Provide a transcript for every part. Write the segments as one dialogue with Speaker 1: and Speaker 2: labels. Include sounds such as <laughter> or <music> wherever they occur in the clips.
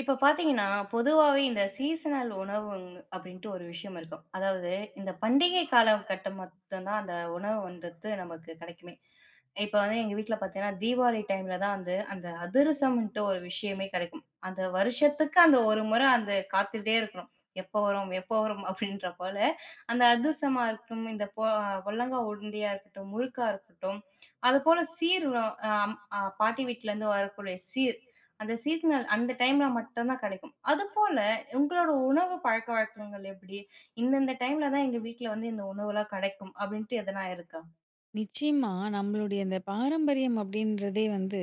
Speaker 1: இப்ப பாத்தீங்கன்னா, பொதுவாவே இந்த சீசனல் உணவுங் அப்படின்ட்டு ஒரு விஷயம் இருக்கும். அதாவது இந்த பண்டிகை காலகட்டம் மட்டும் தான் அந்த உணவுன்றது நமக்கு கிடைக்குமே. இப்ப வந்து எங்க வீட்ல பாத்தீங்கன்னா, தீபாவளி டைம்ல தான் வந்து அந்த அதிரசம்ன்ட்டு ஒரு விஷயமே கிடைக்கும். அந்த வருஷத்துக்கு அந்த ஒரு முறை அந்த காத்துட்டே இருக்கணும். எப்போ வரும்? எப்போ வரும்? அப்படின்ற போல அந்த அதிரசமா இருக்கட்டும், இந்த பொ பொல்லங்கா உருண்டையா இருக்கட்டும், முறுக்கா இருக்கட்டும், அதுபோல சீர் அ அம் அ பாட்டி வீட்லருந்து வரக்கூடிய சீர் அந்த சீசனல் அந்த டைம்ல மட்டும் தான் கிடைக்கும். அதுபோல உங்களோட உணவு பழக்கவழக்கங்கள் எப்படி? இந்தந்த டைம்ல தான் எங்க வீட்ல வந்து இந்த உணவுலாம் கிடைக்கும். அப்படின்ட்டு எதனா இருக்கா?
Speaker 2: நிச்சயமா. நம்மளுடைய இந்த பாரம்பரியம் அப்படின்றதே வந்து,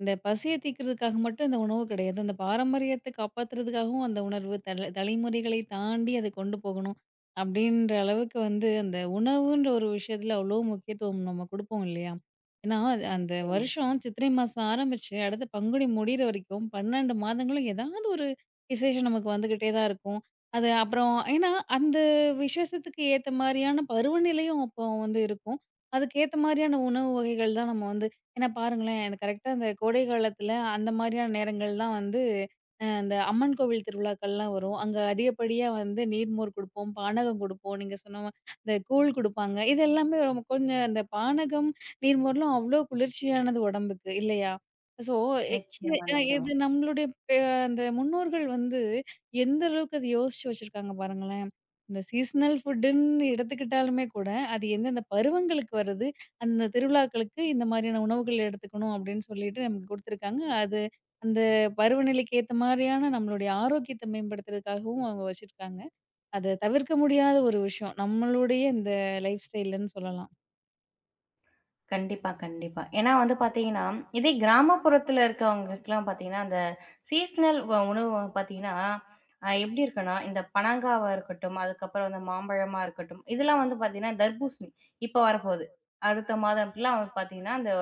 Speaker 2: இந்த பசிய தீர்க்கிறதுக்காக மட்டும் இந்த உணவு கிடையாது. அந்த பாரம்பரியத்த காப்பாத்துறதுக்காகவும் அந்த உணர்வு தலைமுறைகளை தாண்டி அத கொண்டு போகணும். அப்படின்ற அளவுக்கு வந்து அந்த உணவுன்ற ஒரு விஷயத்துல அவ்வளோ முக்கியத்துவம் நம்ம குடுப்போம் இல்லையா? ஏன்னா, அது அந்த
Speaker 1: நிச்சயமா,
Speaker 2: வருஷம் சித்திரை மாசம் ஆரம்பிச்சு அடுத்த பங்குனி முடியிற வரைக்கும் 12 மாதங்களும் ஏதாவது ஒரு விசேஷம் நமக்கு வந்துகிட்டே தான் இருக்கும். அது அப்புறம் ஏன்னா, அந்த விசேஷத்துக்கு ஏத்த மாரியான பருவநிலையும் அப்போ வந்து இருக்கும். அதுக்கேத்த மாரியான உணவு வகைகள் தான் நம்ம வந்து ஏன்னா பாருங்களேன், எனக்கு கரெக்ட்டா அந்த கோடை காலத்துல அந்த மாரியான நேரங்கள் தான் வந்து அந்த அம்மன் கோவில் திருவிழாக்கள்லாம் வரும். அங்க அதிகப்படியா வந்து நீர்மோர் குடுப்போம், பானகம் குடுப்போம். நீங்க சொன்ன இந்த கூழ் குடுப்பாங்க. இது எல்லாமே ரொம்ப கொஞ்சம் இந்த பானகம், நீர்மோர்லாம் அவ்ளோ குளிர்ச்சியானது உடம்புக்கு இல்லையா? ஸோ எ
Speaker 1: நிச்சயமா,
Speaker 2: அ
Speaker 1: நிச்சயமா.
Speaker 2: இது நம்மளுடைய அந்த முன்னோர்கள் வந்து எந்த அளவுக்கு அது யோசிச்சு வச்சிருக்காங்க பாருங்களேன். இந்த சீசனல் ஃபுட்டுன்னு எடுத்துக்கிட்டாலுமே கூட அது எந்தெந்த பருவங்களுக்கு வருது, அந்த திருவிழாக்களுக்கு இந்த மாதிரியான உணவுகள் எடுத்துக்கணும் அப்படின்னு சொல்லிட்டு நமக்கு குடுத்துருக்காங்க. அது அந்த பருவநிலைக்கு ஏத்த மாரியான நம்மளுடைய ஆரோக்கியத்த மேம்படுத்துறதுக்காகவும் அவங்க வச்சிருக்காங்க. அத தவிர்க்க முடியாத ஒரு விஷயம். நம்மளுடைய இந்த லைஃப் ஸ்டைல்ன்னு சொல்லலாம்.
Speaker 1: கண்டிப்பா, கண்டிப்பா. ஏன்னா வந்து பார்த்தீங்கன்னா, இதே கிராமப்புறத்துல இருக்கவங்களுக்கெல்லாம் பார்த்தீங்கன்னா, அந்த சீசனல் வ உணவு பார்த்தீங்கன்னா, எப்படி இருக்குன்னா, இந்த பனங்காவா இருக்கட்டும், அதுக்கப்புறம் அந்த மாம்பழமா இருக்கட்டும், இதெல்லாம் வந்து பார்த்தீங்கன்னா, தர்பூசணி இப்ப வரப்போகுது. அடுத்த மாதம்லாம் வந்து பார்த்தீங்கன்னா, அந்த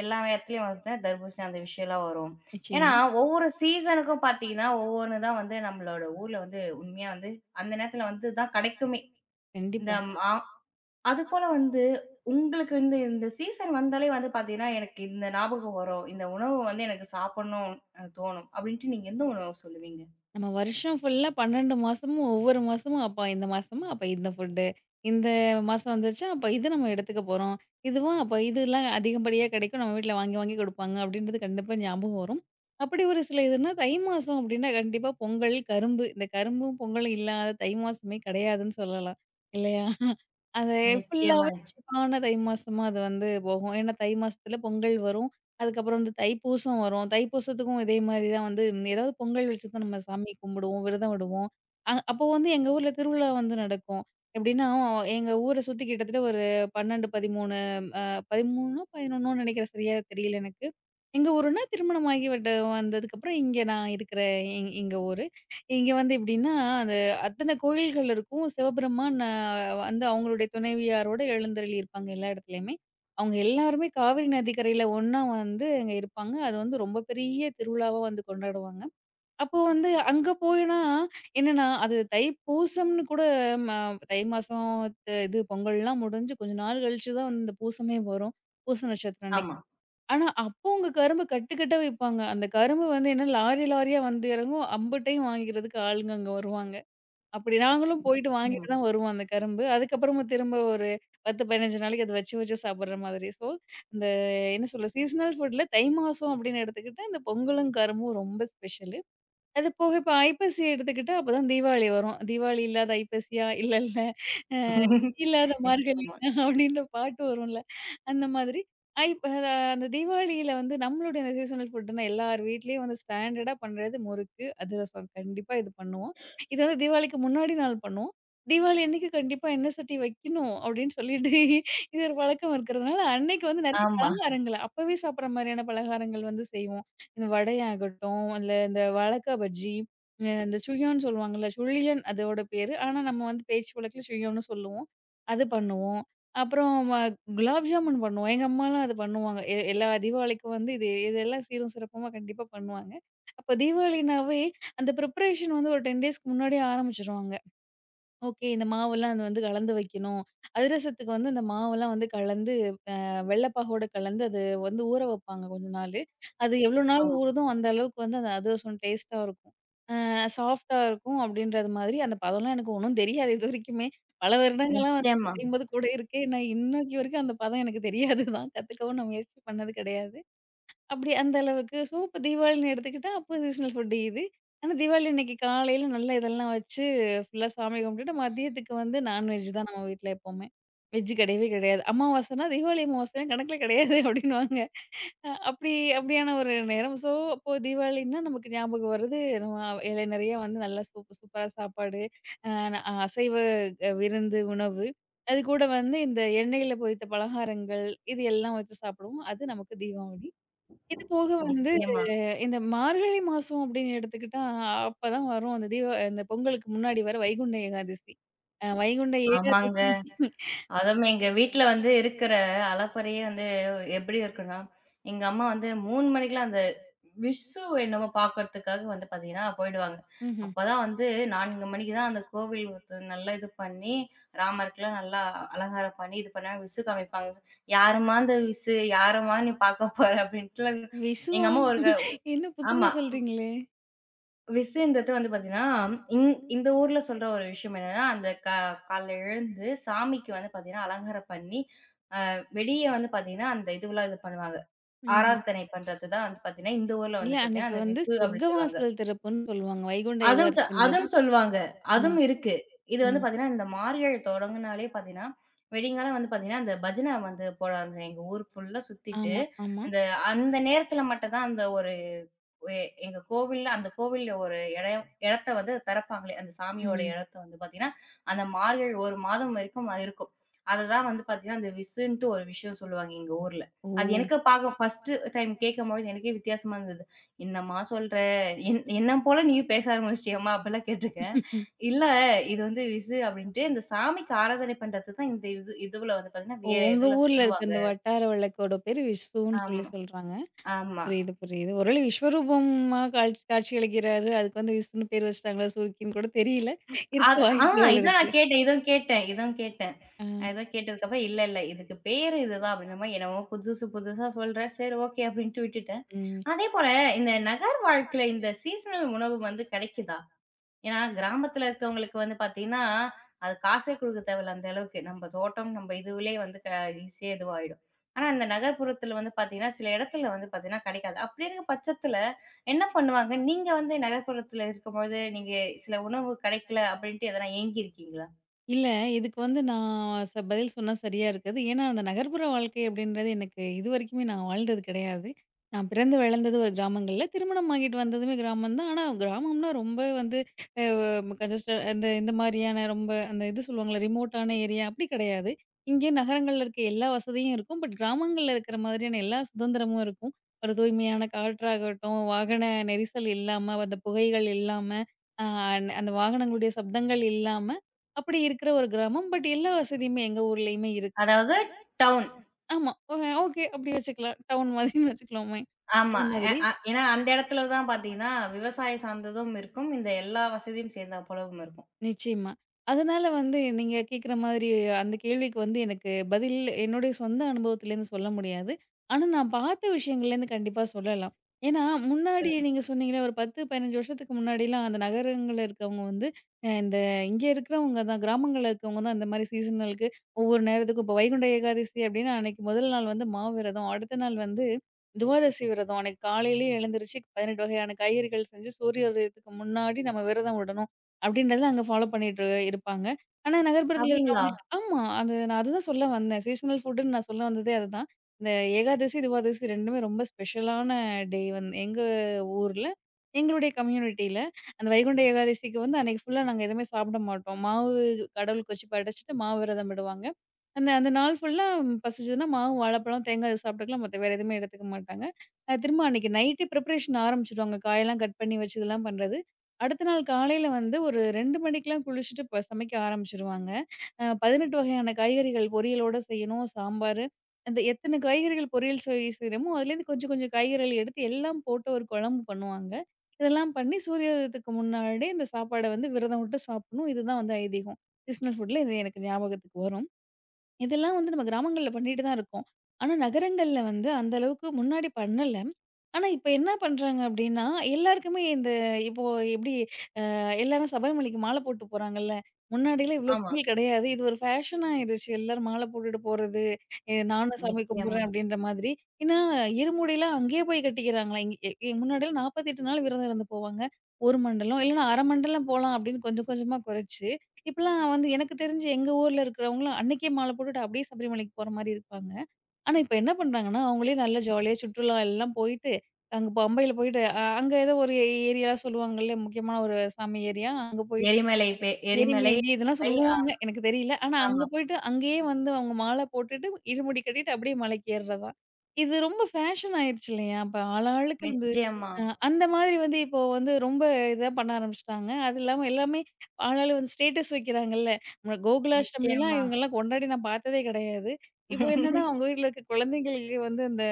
Speaker 1: எல்லா இடத்துலயும் வந்து தர்பூசணி அந்த விஷயம்லாம் வரும். ஏன்னா,
Speaker 2: நிச்சயமா.
Speaker 1: ஒவ்வொரு சீசனுக்கும் பார்த்தீங்கன்னா, ஒவ்வொன்னு தான் வந்து நம்மளோட ஊர்ல வந்து உண்மையா வந்து அந்த நேரத்துல வந்து தான் கிடைக்குமே. இந்த
Speaker 2: கண்டிப்பா.
Speaker 1: மா அதுபோல வந்து, உங்களுக்கு இந்த இந்த சீசன் வந்தாலே வந்து பார்த்தீங்கன்னா, எனக்கு இந்த ஞாபகம் வரும். இந்த உணவு வந்து எனக்கு சாப்பிடணும் தோணும். அப்படின்ட்டு நீங்க எந்த உணவு சொல்லுவீங்க?
Speaker 2: நம்ம வருஷம் ஃபுல்லா 12 மாசமும் ஒவ்வொரு மாசமும் அப்ப இந்த மாசமா அப்ப இந்த ஃபுட்டு. இந்த மாசம் வந்துருச்சா, அப்ப இது நம்ம எடுத்துக்க போறோம். இதுவா அப்ப இதெல்லாம் அதிகப்படியா கிடைக்கும். நம்ம வீட்ல வாங்கி வாங்கி குடுப்பாங்க அப்டின்றது கண்டிப்பா ஞாபகம் வரும். அப்படி ஒரு சில இதுன்னா தை மாசம் அப்டின்னா கண்டிப்பா பொங்கல், கரும்பு. இந்த கரும்பும், பொங்கலும் இல்லாத தை மாசமே கிடையாதுன்னு சொல்லலாம். இல்லையா? அது
Speaker 1: நிச்சயமா,
Speaker 2: ஃபுல்லாவே
Speaker 1: நிச்சயம்.
Speaker 2: தை மாசமா அது வந்து போகும். ஏன்னா தை மாசத்துல பொங்கல் வரும். அதுக்கப்புறம் வந்து தைப்பூசம் வரும். தைப்பூசத்துக்கும் இதே மாரி தான் வந்து ஏதாவது பொங்கல் வச்சு தான் நம்ம சாமி கும்பிடுவோம், விரதம் விடுவோம். அப்போ வந்து எங்க ஊர்ல திருவிழா வந்து நடக்கும். எப்படின்னா, எங்க ஊர சுத்தி கிட்டத்தட்ட ஒரு 12, 13 11 நினைக்கிறேன். சரியா தெரியல எனக்கு. எங்க ஊருன்னா திருமணம் ஆகி விட்டு வந்ததுக்கப்புறம் இங்க நான் இருக்கிற எங்க ஊரு. இங்க வந்து எப்படின்னா, அந்த அத்தன கோயில்கள் இருக்கும். சிவபெருமான் வந்து அவங்களுடைய துணைவியாரோட எழுந்தருளி இருப்பாங்க எல்லா இடத்துலயுமே. அவங்க எல்லாருமே காவிரி நதிக்கரையில ஒண்ணா வந்து அங்க இருப்பாங்க. அது வந்து ரொம்ப பெரிய திருவிழாவா வந்து கொண்டாடுவாங்க. அப்போ வந்து அங்க போனா என்னன்னா, அது தைப்பூசம்ன்னு கூட ம தை மாசம் இது பொங்கல்லாம் முடிஞ்சு கொஞ்ச நாள் கழிச்சு தான் வந்து இந்த பூசமே வரும். பூச நட்சத்திரம் அன்னைக்கு.
Speaker 1: ஆமா.
Speaker 2: ஆனா, அப்போ அங்க கரும்பு கட்டு கட்டா விப்பாங்க. அந்த கரும்பு வந்து என்ன லாரி லாரியா வந்து இறங்கும். அம்புட்டையும் வாங்கிக்கிறதுக்கு ஆளுங்க அங்க வருவாங்க. அப்படி நாங்களும் போயிட்டு
Speaker 1: நிச்சயமா.
Speaker 2: வாங்கிட்டு தான் வருவோம் அந்த கரும்பு. அதுக்கப்புறமா திரும்ப ஒரு 10, 15 நாளைக்கு அத வச்சு வச்சு சாப்பிடுற மாதிரி. ஸோ, இந்த என்ன சொல்ல சீசனல் ஃபுட்ல தை மாசம் அப்படின்னு எடுத்துக்கிட்டா, இந்த பொங்கலும், கரும்பும் ரொம்ப ஸ்பெஷலு. அது போக இப்ப ஐப்பசி எடுத்துக்கிட்டா, அப்பதான் தீபாவளி வரும். "தீபாவளி இல்லாத ஐப்பசியா? இல்ல இல்ல அ
Speaker 1: <laughs>
Speaker 2: சதி இல்லாத மார்கழியா?"
Speaker 1: நிச்சயமா.
Speaker 2: <laughs> அப்படின்ற பாட்டு வரும்ல. அந்த மாதிரி ஐப் அத அந்த தீபாவளியில வந்து நம்மளுடைய அந்த சீசனல் ஃபுட்டுன்னா, எல்லார் வீட்லயும் வந்து ஸ்டாண்டர்டா பண்றது முறுக்கு, அதிரசம். கண்டிப்பா இது பண்ணுவோம். இது வந்து தீபாவளிக்கு முன்னாடி நாள் பண்ணுவோம். "தீபாவளி அன்னைக்கு கண்டிப்பா எண்ணெய் சட்டி வைக்கணும்." அப்படின்னு சொல்லிட்டு இது ஒரு பழக்கம் இருக்கிறதுனால, அன்னைக்கு வந்து நெறைய
Speaker 1: ஆமா,
Speaker 2: பலகாரங்கள் அப்பவே சாப்பிடுற மாரியான பலகாரங்கள் வந்து செய்வோம். இந்த வடையாகட்டும், இல்ல இந்த வாழக்கா பஜ்ஜி, இந்த சுழியான்னு சொல்லுவாங்கல்ல, சுழியன் அதோட பேரு. ஆனா நம்ம வந்து பேச்சு வழக்குல சுழியம்னு சொல்லுவோம். அது பண்ணுவோம். அப்புறம் குலாப் ஜாமுன் பண்ணுவோம். எங்க அம்மாலாம் அது பண்ணுவாங்க. எல்லா தீபாவளிக்கும் வந்து இது இதெல்லாம் சீரும் சிறப்புமா கண்டிப்பா பண்ணுவாங்க. அப்போ தீபாவளினாவே அந்த ப்ரிப்பரேஷன் வந்து ஒரு 10 டேஸ்க்கு முன்னாடியே ஆரம்பிச்சுருவாங்க. ஓகே இந்த மாவெல்லாம் அது வந்து கலந்து வைக்கணும். அதிரசத்துக்கு வந்து அந்த மாவெல்லாம் வந்து கலந்து வெள்ளை பாகோட கலந்து அது வந்து ஊற வைப்பாங்க கொஞ்ச நாள். அது எவ்வளோ நாள்
Speaker 1: ஆமா.
Speaker 2: ஊறுதோ அந்த அளவுக்கு வந்து அந்த அதிரசம் டேஸ்ட்டா இருக்கும். அ சாஃப்ட்டா இருக்கும் அப்படின்றது மாதிரி அந்த பதம்லாம் எனக்கு ஒண்ணும் தெரியாது இது வரைக்குமே. பல வருடங்களா வந்து
Speaker 1: நிச்சயமா,
Speaker 2: செய்யும்போது கூட இருக்கே. நான் இன்னைக்கு வரைக்கும் அந்த பதம் எனக்கு தெரியாது தான். கத்துக்கவும் நான் முயற்சி பண்ணது கிடையாது. அப்படி அந்த அளவுக்கு. ஸோ, இப்ப தீபாவளின்னு எடுத்துக்கிட்டா, அப்போ சீசனல் ஃபுட் இது. ஆனா, தீபாவளி அன்னைக்கு காலையில நல்லா இதெல்லாம் வச்சு ஃபுல்லா சாமி கும்பிட்டுட்டு, மதியத்துக்கு வந்து நான்வெஜ் தான் நம்ம வீட்ல எப்பவுமே. வெஜ் கிடையவே கிடையாது. அமாவாசைனா தீபாவளி அமாவாசை கணக்குல கிடையாது <laughs> அப்படின்னுவாங்க. அ அப்படி அப்படியான ஒரு நேரம். ஸோ, அப்போ தீபாவளின்னா நமக்கு ஞாபகம் வருது, நம்ம இலை நிறைய வந்து நல்லா சூப்பரா சாப்பாடு, அ அ அசைவ அ விருந்து, உணவு. அது கூட வந்து இந்த எண்ணெயில பொரித்த பலகாரங்கள், இது எல்லாம் வச்சு சாப்பிடுவோம். அது நமக்கு தீபாவளி. இது போக வந்து
Speaker 1: நிச்சயமா.
Speaker 2: இந்த மார்கழி மாசம் அப்படின்னு எடுத்துக்கிட்டா, அப்பதான் வரும் அந்த தீப இந்த பொங்கலுக்கு முன்னாடி வர வைகுண்ட ஏகாதசி. வைகுண்ட ஏகாதசி
Speaker 1: ஆமாங்க. அதுவும் எங்க வீட்ல வந்து இருக்கிற அலப்பறையே வந்து எப்படி இருக்குன்னா, எங்க அம்மா வந்து 3 மணிக்கெல்லாம் அந்த விஷு என்னமோ பார்க்கறதுக்காக வந்து பார்த்தீங்கன்னா, போயிடுவாங்க.
Speaker 2: ம்ஹ்ம்.
Speaker 1: அப்பதான் வந்து 4 மணிக்கு தான் அந்த கோவில் வந்து நல்லா இது பண்ணி, ராமருக்குலாம் நல்லா அலங்காரம் பண்ணி இது பண்ணா விசு காமிப்பாங்க. "யாரும்மா அந்த விசு? யாரம்மா நீ பார்க்க போற?" அப்படின்ட்டுலாம் எங்க
Speaker 2: விசுவா?
Speaker 1: அம்மா ஒரு க
Speaker 2: என்ன புதுசா
Speaker 1: ஆமா.
Speaker 2: சொல்றீங்களே!
Speaker 1: விசுன்றது வந்து பார்த்தீங்கன்னா, இந்த ஊர்ல சொல்ற ஒரு விஷயம் என்னன்னா, அந்த க காலைல எழுந்து சாமிக்கு வந்து பார்த்தீங்கன்னா, அலங்காரம் பண்ணி வெளிய வந்து பார்த்தீங்கன்னா, அந்த இதுவெல்லாம் இது பண்ணுவாங்க.
Speaker 2: ம்ஹ்ம்.
Speaker 1: ஆராதனை பண்றது தான் வந்து பார்த்தீங்கன்னா, இந்த ஊர்ல
Speaker 2: இல்ல
Speaker 1: வந்து பார்த்தீங்கன்னா,
Speaker 2: அன்னைக்கு
Speaker 1: அந்த
Speaker 2: வந்து
Speaker 1: விசு அப்படி சொல்லுவாங்க.
Speaker 2: சொர்க்கவாசல் திறப்புன்னு சொல்லுவாங்க. வைகுண்ட ஏகாதசின்றது.
Speaker 1: அதுவும் சொல்லுவாங்க.
Speaker 2: ஆ,
Speaker 1: அதுவும் இருக்கு. இது வந்து
Speaker 2: ம்.
Speaker 1: பார்த்தீங்கன்னா, இந்த மாரியாழ் தொடங்குனாலே பார்த்தீங்கன்னா, விடிங்காலம் வந்து பார்த்தீங்கன்னா, அந்த பஜனை வந்து போட ஆரம்பிச்சுரும். எங்க ஊர் ஃபுல்லா சுத்திட்டு,
Speaker 2: ஆமா, ஆமா.
Speaker 1: அந்த அந்த நேரத்தில மட்டும் தான் அந்த ஒரு எ எங்க கோவில்ல அந்த கோவில்ல ஒரு இடத்த வந்து திறப்பாங்களே, அந்த சாமியோட
Speaker 2: ம்ஹ்ம்.
Speaker 1: இடத்த வந்து பார்த்தீங்கன்னா, அந்த மார்கழி 1 மாதம் வரைக்கும் அது இருக்கும். அததான் வந்து பார்த்தீங்கன்னா, அந்த விசுன்ட்டு ஒரு விஷயம் சொல்லுவாங்க எங்க ஊர்ல.
Speaker 2: ஓ!
Speaker 1: அது எனக்கு பாக்க ஃபர்ஸ்ட்டு டைம் கேட்கும்பொழுது எனக்கே வித்தியாசமா இருந்தது. "என்னம்மா சொல்ற? என்ன போல நீயும் பேச ஆரம்பிச்சிட்டியாம்மா?" அப்படிலாம் கேட்டுருக்கேன். "இல்ல, இது வந்து விசு அப்படின்ட்டு இந்த சாமிக்கு ஆராதனை பண்றது தான் இந்த இதுவுல வந்து பார்த்தீங்கன்னா,
Speaker 2: ஓ
Speaker 1: வேற
Speaker 2: உங்க
Speaker 1: எதுல
Speaker 2: ஊர்ல இருக்க
Speaker 1: சொல்லுவாங்க."
Speaker 2: அந்த வட்டார வழக்கோட பேரு விசுன்னு சொல்லி
Speaker 1: ஆமா,
Speaker 2: சொல்றாங்க.
Speaker 1: ஆமா.
Speaker 2: புரியுது, புரியுது. ஒரு வேளை விஸ்வரூபமா காட்சியளிக்கிறாரு. அதுக்கு வந்து விஷ்ணுன்னு பேர் வச்சுட்டாங்களா, சூர்க்கின்னு கூட தெரியல. இருக்க
Speaker 1: அது ஆ
Speaker 2: வாய்ப்புகள்
Speaker 1: இதான்
Speaker 2: இருக்கு.
Speaker 1: நான் கேட்டேன். இதுவும் கேட்டேன் இதுவும் கேட்டேன்.
Speaker 2: ஆ.
Speaker 1: ஏதோ கேட்டதுக்கப்புறம், "இல்ல, இல்ல இதுக்கு பேரு இதுதான்" அப்படின்ற மாரி என்னமோ புதுசு புதுசா சொல்றேன். சரி ஓகே அப்படின்ட்டு விட்டுட்டேன்.
Speaker 2: ம்.
Speaker 1: அதே போல இந்த நகர் வாழ்க்கையில இந்த சீசனல் உணவு வந்து கிடைக்குதா? ஏன்னா, கிராமத்துல இருக்கவங்களுக்கு வந்து பார்த்தீங்கன்னா, அது காசே குடுக்க தேவையில்ல அந்த அளவுக்கு. நம்ம தோட்டம், நம்ம இதுவுலயே வந்து க ஈஸியா இதுவாயிடும். ஆனா, இந்த நகர்ப்புறத்துல வந்து பார்த்தீங்கன்னா, சில இடத்துல வந்து பார்த்தீங்கன்னா கிடைக்காது. அப்படி இருக்க பட்சத்துல என்ன பண்ணுவாங்க? நீங்க வந்து நகர்ப்புறத்துல இருக்கும்போது, நீங்க சில உணவு கிடைக்கல அப்படின்ட்டு எதனா ஏங்கியிருக்கீங்களா?
Speaker 2: இல்ல. இதுக்கு வந்து நான் பதில் சொன்னா சரியா இருக்காது. ஏன்னா, அந்த நகர்ப்புற வாழ்க்கை அப்படின்றது எனக்கு இதுவரைக்குமே நான் வாழ்ந்தது கிடையாது. நான் பிறந்து வளர்ந்தது ஒரு கிராமங்கள்ல. திருமணம் ஆகிட்டு வந்ததுமே கிராமம் தான். ஆனா கிராமம்னா ரொம்ப வந்து அ கன்ஜஸ்ட இந்த இந்த மாரியான ரொம்ப அந்த இது சொல்லுவாங்கல்ல ரிமோட்டான ஏரியா அப்படி கிடையாது. இங்கே நகரங்கள்ல இருக்க எல்லா வசதியும் இருக்கும். பட் கிராமங்கள்ல இருக்கிற மாதிரியான எல்லா சுதந்திரமும் இருக்கும். ஒரு தூய்மையான காற்றாகட்டும், வாகன நெரிசல் இல்லாம, அந்த புகைகள் இல்லாம, அ அந்த வாகனங்களுடைய சப்தங்கள் இல்லாம அப்படி இருக்கிற ஒரு கிராமம். பட் எல்லா வசதியுமே எங்க ஊர்லயுமே இருக்கு.
Speaker 1: அதாவது டவுன்.
Speaker 2: ஆமா. ஓகே அப்படி வச்சுக்கலாம். டவுன் மாதிரின்னு வச்சுக்கலாமே.
Speaker 1: ஆமா.
Speaker 2: அந்த
Speaker 1: எ
Speaker 2: மாதிரி.
Speaker 1: அ ஏன்னா அந்த இடத்துல தான் பார்த்தீங்கன்னா, விவசாயம் சார்ந்ததும் இருக்கும். இந்த எல்லா வசதியும் சேர்ந்தா போலவும் இருக்கும்.
Speaker 2: நிச்சயமா. அதனால வந்து நீங்க கேக்குற மாதிரி அந்த கேள்விக்கு வந்து எனக்கு பதில் என்னுடைய சொந்த அனுபவத்திலேருந்து சொல்ல முடியாது. ஆனா, நான் பார்த்த விஷயங்கள்லேருந்து கண்டிப்பா சொல்லலாம். ஏன்னா, முன்னாடி
Speaker 1: சொல்லுங்க.
Speaker 2: நீங்க சொன்னீங்கல்ல ஒரு 10, 15 வருஷத்துக்கு முன்னாடிலாம் அந்த நகரங்கள்ல இருக்கவங்க வந்து அ இந்த இங்க இருக்கிறவங்க தான் கிராமங்கள்ல இருக்கவங்க தான் அந்த மாரி சீசனலுக்கு ஒவ்வொரு நேரத்துக்கும் இப்போ வைகுண்ட ஏகாதசி அப்டின்னா அன்னைக்கு முதல் நாள் வந்து மாவிரதம், அடுத்த நாள் வந்து துவாதசி விரதம். அன்னைக்கு காலையிலேயே எழுந்திருச்சு 18 வகையான காய்கறிகள் செஞ்சு சூரிய உதயத்துக்கு முன்னாடி நம்ம விரதம் விடணும். அப்படின்றத அங்க ஃபாலோ பண்ணிட்டு இருப்பாங்க. ஆனா நகர்ப்புறத்துல
Speaker 1: அப்படிங்களா?
Speaker 2: இருக்கவங்களுக்கு ஆமா. அது நான் அதுதான் சொல்ல வந்தேன். சீசனல் ஃபுட்டுன்னு நான் சொல்ல வந்ததே அதுதான். இந்த ஏகாதசி, துவாதசி 2மே ரொம்ப ஸ்பெஷலான டே வந்து எங்க ஊர்ல, எங்களுடைய கம்யூனிட்டில. அந்த வைகுண்ட ஏகாதசிக்கு வந்து அன்னைக்கு ஃபுல்லா நாங்க எதுவுமே சாப்பிட மாட்டோம். மாவு கடவுளுக்கு வச்சு படைச்சுட்டு மாவு விரதம் விடுவாங்க. அந்த அந்த நாள் ஃபுல்லா பசிச்சதுன்னா மாவு, வாழைப்பழம், தேங்காய் இது சாப்பிட்டுக்கலாம். மத்த வேற எதுவுமே எடுத்துக்க மாட்டாங்க. திரும்ப அன்னைக்கு நைட்டே ப்ரிப்பரேஷன் ஆரம்பிச்சுடுவாங்க. காயெல்லாம் கட் பண்ணி வச்சு இதெல்லாம் பண்றது. அடுத்த நாள் காலையில வந்து ஒரு 2 மணிக்கெல்லாம் குளிச்சுட்டு சமைக்க ஆரம்பிச்சுருவாங்க. 18 வகையான காய்கறிகள் பொரியலோட செய்யணும், சாம்பாரு. அந்த எத்தன காய்கறிகள் பொரியல் செய்றோமோ, அதுலேருந்து கொஞ்சம் கொஞ்சம் காய்கறிகள் எடுத்து எல்லாம் போட்டு ஒரு குழம்பு பண்ணுவாங்க. இதெல்லாம் பண்ணி சூரியோதயத்துக்கு முன்னாடி இந்த சாப்பாட வந்து விரதம் விட்டு சாப்பிடணும். இதுதான் வந்து ஐதீகம். சீசனல் ஃபுட்ல இது எனக்கு ஞாபகத்துக்கு வரும். இதெல்லாம் வந்து நம்ம கிராமங்கள்ல பண்ணிட்டு தான் இருக்கோம். ஆனா நகரங்கள்ல வந்து அந்த அளவுக்கு முன்னாடி பண்ணல. ஆனா இப்ப என்ன பண்றாங்க அப்டின்னா, எல்லாருக்குமே இந்த இப்போ எப்டி எல்லாரும் சபரிமலைக்கு மாலை போட்டு போறாங்கல்ல. முன்னாடிலாம் இவ்ளோ
Speaker 1: ஆமா.
Speaker 2: கும்பல் கிடையாது. இது ஒரு ஃபேஷன் ஆயிருச்சு. எல்லாரும் மாலை போட்டுட்டு போறது. நானும் சாமி
Speaker 1: நிச்சயமா.
Speaker 2: கும்பிடுறேன் அப்படின்ற மாதிரி. ஏன்னா, இருமுடிலாம் அங்கேயே போய் கட்டிக்கிறாங்களாம். இங்க எ எ முன்னாடிலாம் 48 நாள் விரதம் இருந்து போவாங்க. 1 மண்டலம் இல்லைன்னா 1/2 மண்டலம் போலாம் அப்படின்னு கொஞ்சம் கொஞ்சமா குறைச்சு, இப்பலாம் வந்து எனக்கு தெரிஞ்சு எங்க ஊர்ல இருக்கிறவங்கலாம் அன்னைக்கே மாலை போட்டுட்டு அப்படியே சபரிமலைக்கு போற மாரி இருப்பாங்க. ஆனா, இப்ப என்ன பண்றாங்கன்னா, அவங்களே நல்லா ஜாலியா சுற்றுலா எல்லாம் போயிட்டு, அங்க பம்பையில போயிட்டு, அங்க ஏதோ ஒரு ஏரியா சொல்லுவாங்கல்ல, முக்கியமான ஒரு சாமி ஏரியா.
Speaker 1: எரிமலை
Speaker 2: எரிமேலி இதெல்லாம் சொல்லுவாங்க. எனக்கு தெரியல. ஆனா அங்க
Speaker 1: ஆமா.
Speaker 2: போயிட்டு அங்கேயே வந்து அவங்க மாலை போட்டுட்டு, இருமுடி கட்டிட்டு அப்படியே மலைக்கு ஏறுறது தான். இது ரொம்ப ஃபேஷன் ஆயிருச்சு இல்லையா? அப்ப ஆளாளுக்கு வந்து
Speaker 1: நிச்சயமா,
Speaker 2: அந்த மாதிரி வந்து இப்போ வந்து ரொம்ப இதா பண்ண ஆரம்பிச்சுட்டாங்க. அது இல்லாம எல்லாமே ஆளாளு வந்து ஸ்டேட்டஸ் வைக்கிறாங்கல்ல. கோகுலாஷ்டமிலாம்
Speaker 1: நிச்சயமா.
Speaker 2: இவங்கலாம் கொண்டாடி நான் பார்த்ததே கிடையாது. இப்போ என்னன்னா அவங்க வீட்ல இருக்க குழந்தைங்களுக்கு வந்து அந்த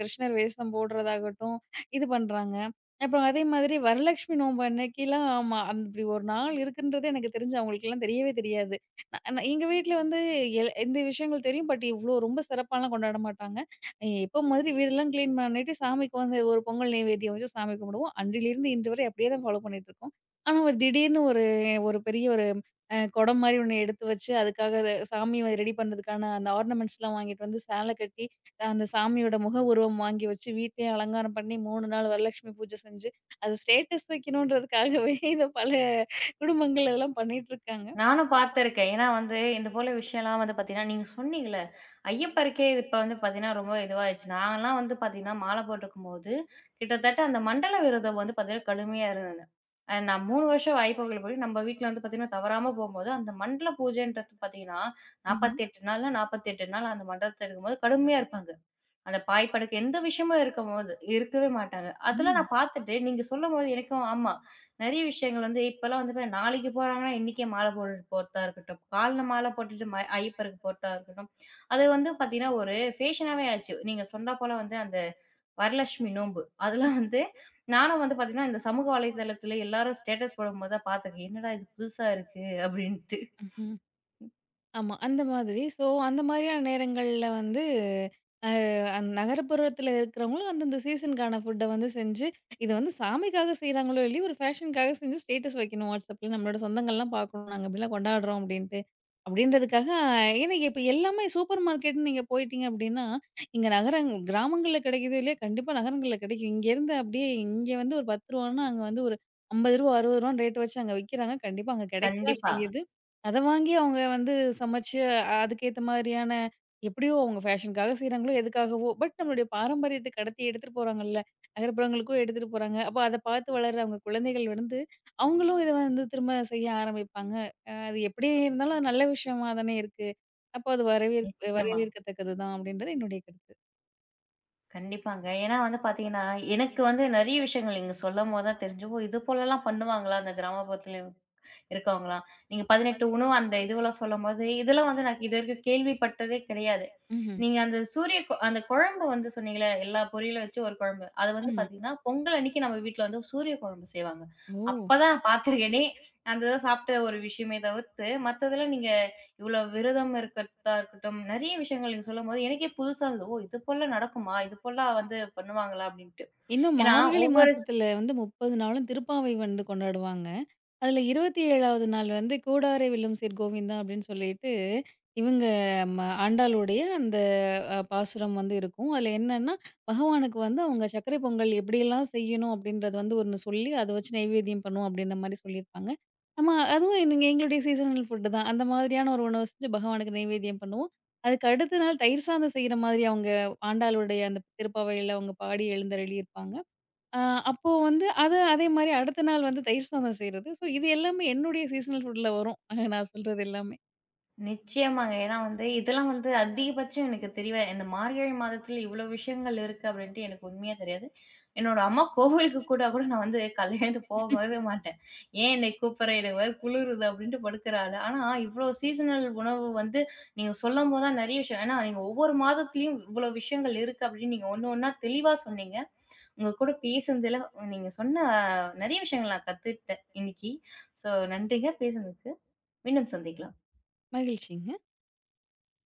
Speaker 2: கிருஷ்ணர் வேஷம் போடுறதாகட்டும், இது பண்றாங்க. அப்புறம் அதே மாதிரி வரலட்சுமி நோன்பு அன்னைக்கிலாம் ஆமா. இப்படி ஒரு நாள் இருக்குன்றதே எனக்கு தெரிஞ்சு அவங்களுக்கெல்லாம் தெரியவே தெரியாது. ந ந எங்க வீட்ல வந்து இந்த விஷயங்கள் தெரியும். பட் இவ்ளோ ரொம்ப சிறப்பாலாம் கொண்டாட மாட்டாங்க. எப்போ மாதிரி வீடெல்லாம் கிளீன் பண்ணிட்டு, சாமிக்கு வந்து ஒரு பொங்கல் நெய்வேத்தியம் வச்சு சாமி கும்பிடுவோம். அன்றிலிருந்து இன்று வரை அப்படியே தான் ஃபாலோ பண்ணிட்டுருக்கோம். ஆனா ஒரு திடீர்னு ஒரு ஒரு பெரிய ஒரு குடம் மாரி ஒண்ணு எடுத்து வச்சு, அதுக்காக அத சாமி ரெடி பண்ணுறதுக்கான அந்த ஆர்னமெண்ட்ஸ்லாம் வாங்கிட்டு வந்து சேலை கட்டி, அந்த சாமியோட முக உருவம் வாங்கி வச்சு, வீட்லயே அலங்காரம் பண்ணி 3 நாள் வரலட்சுமி பூஜை செஞ்சு, அது ஸ்டேட்டஸ் வைக்கணுன்றதுக்காகவே <laughs> இத பல குடும்பங்கள் இதெல்லாம் பண்ணிட்டுருக்காங்க.
Speaker 1: நானும் பார்த்திருக்கேன். ஏன்னா வந்து இந்த போல விஷயம்லாம் வந்து பார்த்தீங்கன்னா, நீங்க சொன்னீங்கல்ல, ஐயப்பருக்கே இப்ப வந்து பார்த்தீங்கன்னா, ரொம்ப இதுவாயிருச்சு. நாங்கலாம் வந்து பார்த்தீங்கன்னா, மாலை போட்டிருக்கும்போது, கிட்டத்தட்ட அந்த மண்டல விரதம் வந்து பார்த்தீங்கன்னா, கடுமையா இருந்தது. நான் 3 வருஷம் ஐயப்பன்கோயிலுக்கு போய் நம்ம வீட்ல வந்து பார்த்தீங்கன்னா, தவறாம போம்போது, அந்த மண்டல பூஜைன்றது பார்த்தீங்கன்னா,
Speaker 2: ம்ஹ்ம்.
Speaker 1: 48 நாள்னா 48 நாள் அந்த மண்டலத்துல இருக்கும்போது கடுமையா இருப்பாங்க. அந்த பாய் படுக்கை எந்த விஷயமும் இருக்கும்போது இருக்கவே மாட்டாங்க. அதெல்லாம்
Speaker 2: ம்.
Speaker 1: நான் பார்த்துட்டு, நீங்க சொல்லும்போது எனக்கும் ஆமா. நெறைய விஷயங்கள் வந்து இப்பலாம் வந்து பாரு நாளைக்கு போறாங்கன்னா, இன்னைக்கே மாலை போட்டுட்டு போறதா இருக்கட்டும். கால்ல மாலை போட்டுட்டு ஐயப்பருக்கு போறதா இருக்கட்டும். அது வந்து பார்த்தீங்கன்னா, ஒரு ஃபேஷனாவே ஆச்சு. நீங்க சொன்னா போல வந்து அந்த வரலட்சுமி நோன்பு. அதெல்லாம் வந்து நானும் வந்து பார்த்தீங்கன்னா, இந்த சமூக வலைதளத்தில எல்லாரும் ஸ்டேட்டஸ் போடும்போது தான் பார்த்துருக்கேன். என்னடா இது புதுசா இருக்கு? அப்படின்ட்டு.
Speaker 2: ம்ஹ்ம். ஆமா. அந்த மாதிரி. ஸோ, அந்த மாதிரியான நேரங்கள்ல வந்து அ அந்த நகரப்புறத்தில இருக்கிறவங்களும் வந்து இந்த சீசனுக்கான ஃபுட்ட வந்து செஞ்சு, இது வந்து சாமிக்காக செய்றாங்களோ இல்லையோ, ஒரு ஃபேஷனுக்காக செஞ்சு ஸ்டேட்டஸ் வைக்கணும் வாட்ஸ்அப்ல. நம்மளோட சொந்தங்கள்லாம் பார்க்கணும். நாங்க இப்படிலாம் கொண்டாடுறோம் அப்படின்ட்டு. அப்படின்றதுக்காக ஏன்னா இப்ப எல்லாமே சூப்பர் மார்க்கெட்ன்னு நீங்க போயிட்டீங்க அப்படின்னா, இங்க நகரங் கிராமங்கள்ல கிடைக்குதோ இல்லையோ, கண்டிப்பா நகரங்கள்ல கிடைக்கும். இங்கேருந்து அப்படியே இங்க வந்து ஒரு ரூ. 10ன்னா, அங்க வந்து ஒரு ரூ. 50 ரூ. 60ன்னு ரேட் வச்சு அங்க விக்கிறாங்க. கண்டிப்பா அங்க கிடைக்க தான்
Speaker 1: கண்டிப்பா.
Speaker 2: செய்யுது. அத வாங்கி அவங்க வந்து சமைச்சு, அதுக்கேத்த மாதிரியான எப்படியோ அவங்க ஃபேஷனுக்காக செய்றாங்களோ, எதுக்காகவோ, பட் நம்மளுடைய பாரம்பரியத்த கடத்தி எடுத்துட்டு போறாங்கல்ல. நகர்ப்புறங்களுக்கும் எடுத்துட்டு போறாங்க. அப்ப அத பார்த்து வளர்ற அவங்க குழந்தைகள் வந்து, அவங்களும் இத வந்து திரும்ப செய்ய ஆரம்பிப்பாங்க. அது எப்படி இருந்தாலும் அது நல்ல விஷயமா தானே இருக்கு. அப்போ அது
Speaker 1: நிச்சயமா.
Speaker 2: வரவேற்கத்தக்கது தான் அப்படின்றது என்னுடைய கருத்து.
Speaker 1: கண்டிப்பாங்க. ஏன்னா வந்து பார்த்தீங்கன்னா, எனக்கு வந்து நெறைய விஷயங்கள் நீங்க சொல்லும்போது தான் தெரிஞ்சு, ஓ! இது போலலாம் பண்ணுவாங்களா அந்த கிராமப்புறத்துல இருக்கவங்கலாம். நீங்க 18 உணவு அந்த இதுவெல்லாம் சொல்லும்போது, இதெல்லாம் வந்து நான் இதுவரைக்கும் கேள்விப்பட்டதே கிடையாது.
Speaker 2: ம்ஹ்ம்.
Speaker 1: நீங்க அந்த சூரிய கொ அந்த குழம்பு வந்து சொன்னீங்கல்ல, எல்லா பொரியலும் வச்சு ஒரு குழம்பு. அது வந்து
Speaker 2: ஆமா.
Speaker 1: பார்த்தீங்கன்னா, பொங்கல் அன்னைக்கு நம்ம வீட்ல வந்து சூரிய குழம்பு செய்வாங்க.
Speaker 2: ஓ!
Speaker 1: அப்பதான் நான் பார்த்துருக்கேனே, அந்த இத சாப்பிட்ட ஒரு விஷயமே தவிர்த்து, மத்ததெல்லாம் நீங்க இவ்ளோ விரதம் இருக்கிறதா இருக்கட்டும், நெறைய விஷயங்கள் நீங்க சொல்லும்போது எனக்கே புதுசா இருந்தது. ஓ! இது போல நடக்குமா? இது போல வந்து பண்ணுவாங்களா? அப்படின்ட்டு.
Speaker 2: இன்னும்
Speaker 1: ஏன்னா
Speaker 2: மார்கழி
Speaker 1: ஒவ்வொரு
Speaker 2: மாசத்துல வந்து 30 நாளும் திருப்பாவை வந்து கொண்டாடுவாங்க. அதில 27வது நாள் வந்து "கூடாரை வில்லும் சீர் கோவிந்தா" அப்படின்னு சொல்லிட்டு, இவங்க ஆண்டாளுடைய அந்த பாசுரம் வந்து இருக்கும். அதில என்னன்னா, பகவானுக்கு வந்து அவங்க சர்க்கரை பொங்கல் எப்படியெல்லாம் செய்யணும் அப்படின்றது வந்து ஒண்ணு சொல்லி, அத வச்சு நைவேத்தியம் பண்ணுவோம் அப்படின்ற மாரி சொல்லியிருப்பாங்க. நம்ம அதுவும் நீங்க எங்களுடைய சீசனல் ஃபுட்டு தான். அந்த மாதிரியான ஒரு உணவு செஞ்சு பகவானுக்கு நைவேத்தியம் பண்ணுவோம். அதுக்கு அடுத்த நாள் தயிர் சாதம் செய்ற மாதிரி அவங்க ஆண்டாளுடைய அந்த திருப்பாவையில அவங்க பாடி எழுந்தருளியிருப்பாங்க. ஆ அப்போ வந்து அது அதே மாரி அடுத்த நாள் வந்து தயிர் சாதம் செய்றது. ஸோ இது எல்லாமே என்னுடைய சீசனல் ஃபுட்ல வரும். நான் சொல்றது எல்லாமே.
Speaker 1: நிச்சயமாங்க. ஏன்னா வந்து இதெல்லாம் வந்து அதிகபட்சம் எனக்கு தெரியவே இந்த மார்கழி மாதத்துல இவ்ளோ விஷயங்கள் இருக்கு அப்டின்ட்டு எனக்கு உண்மையா தெரியாது. என்னோட அம்மா கோவிலுக்கு கூட கூட நான் வந்து காலைல எழுந்து போகவே மாட்டேன். "ஏன் என்னை கூப்பிடுற? எனக்கு வேற குளிருது" அப்டின்ட்டு படுக்கிற ஆளு. ஆனா இவ்ளோ சீசனல் உணவு வந்து நீங்க சொல்லும்போது தான் நெறைய விஷயம் ஏன்னா நீங்க ஒவ்வொரு மாதத்துலயும் இவ்ளோ விஷயங்கள் இருக்கு அப்டின்னு நீங்க ஒண்ணு ஒண்ணா தெளிவா சொன்னீங்க. உங்க கூட பேசுனதுல நீங்க சொன்ன நெறைய விஷயங்கள் நான் கத்துக்கிட்டேன் இன்னைக்கு. ஸோ நன்றிங்க பேசுனதுக்கு. மீண்டும் சந்திக்கலாம்.
Speaker 2: மகிழ்ச்சிங்க.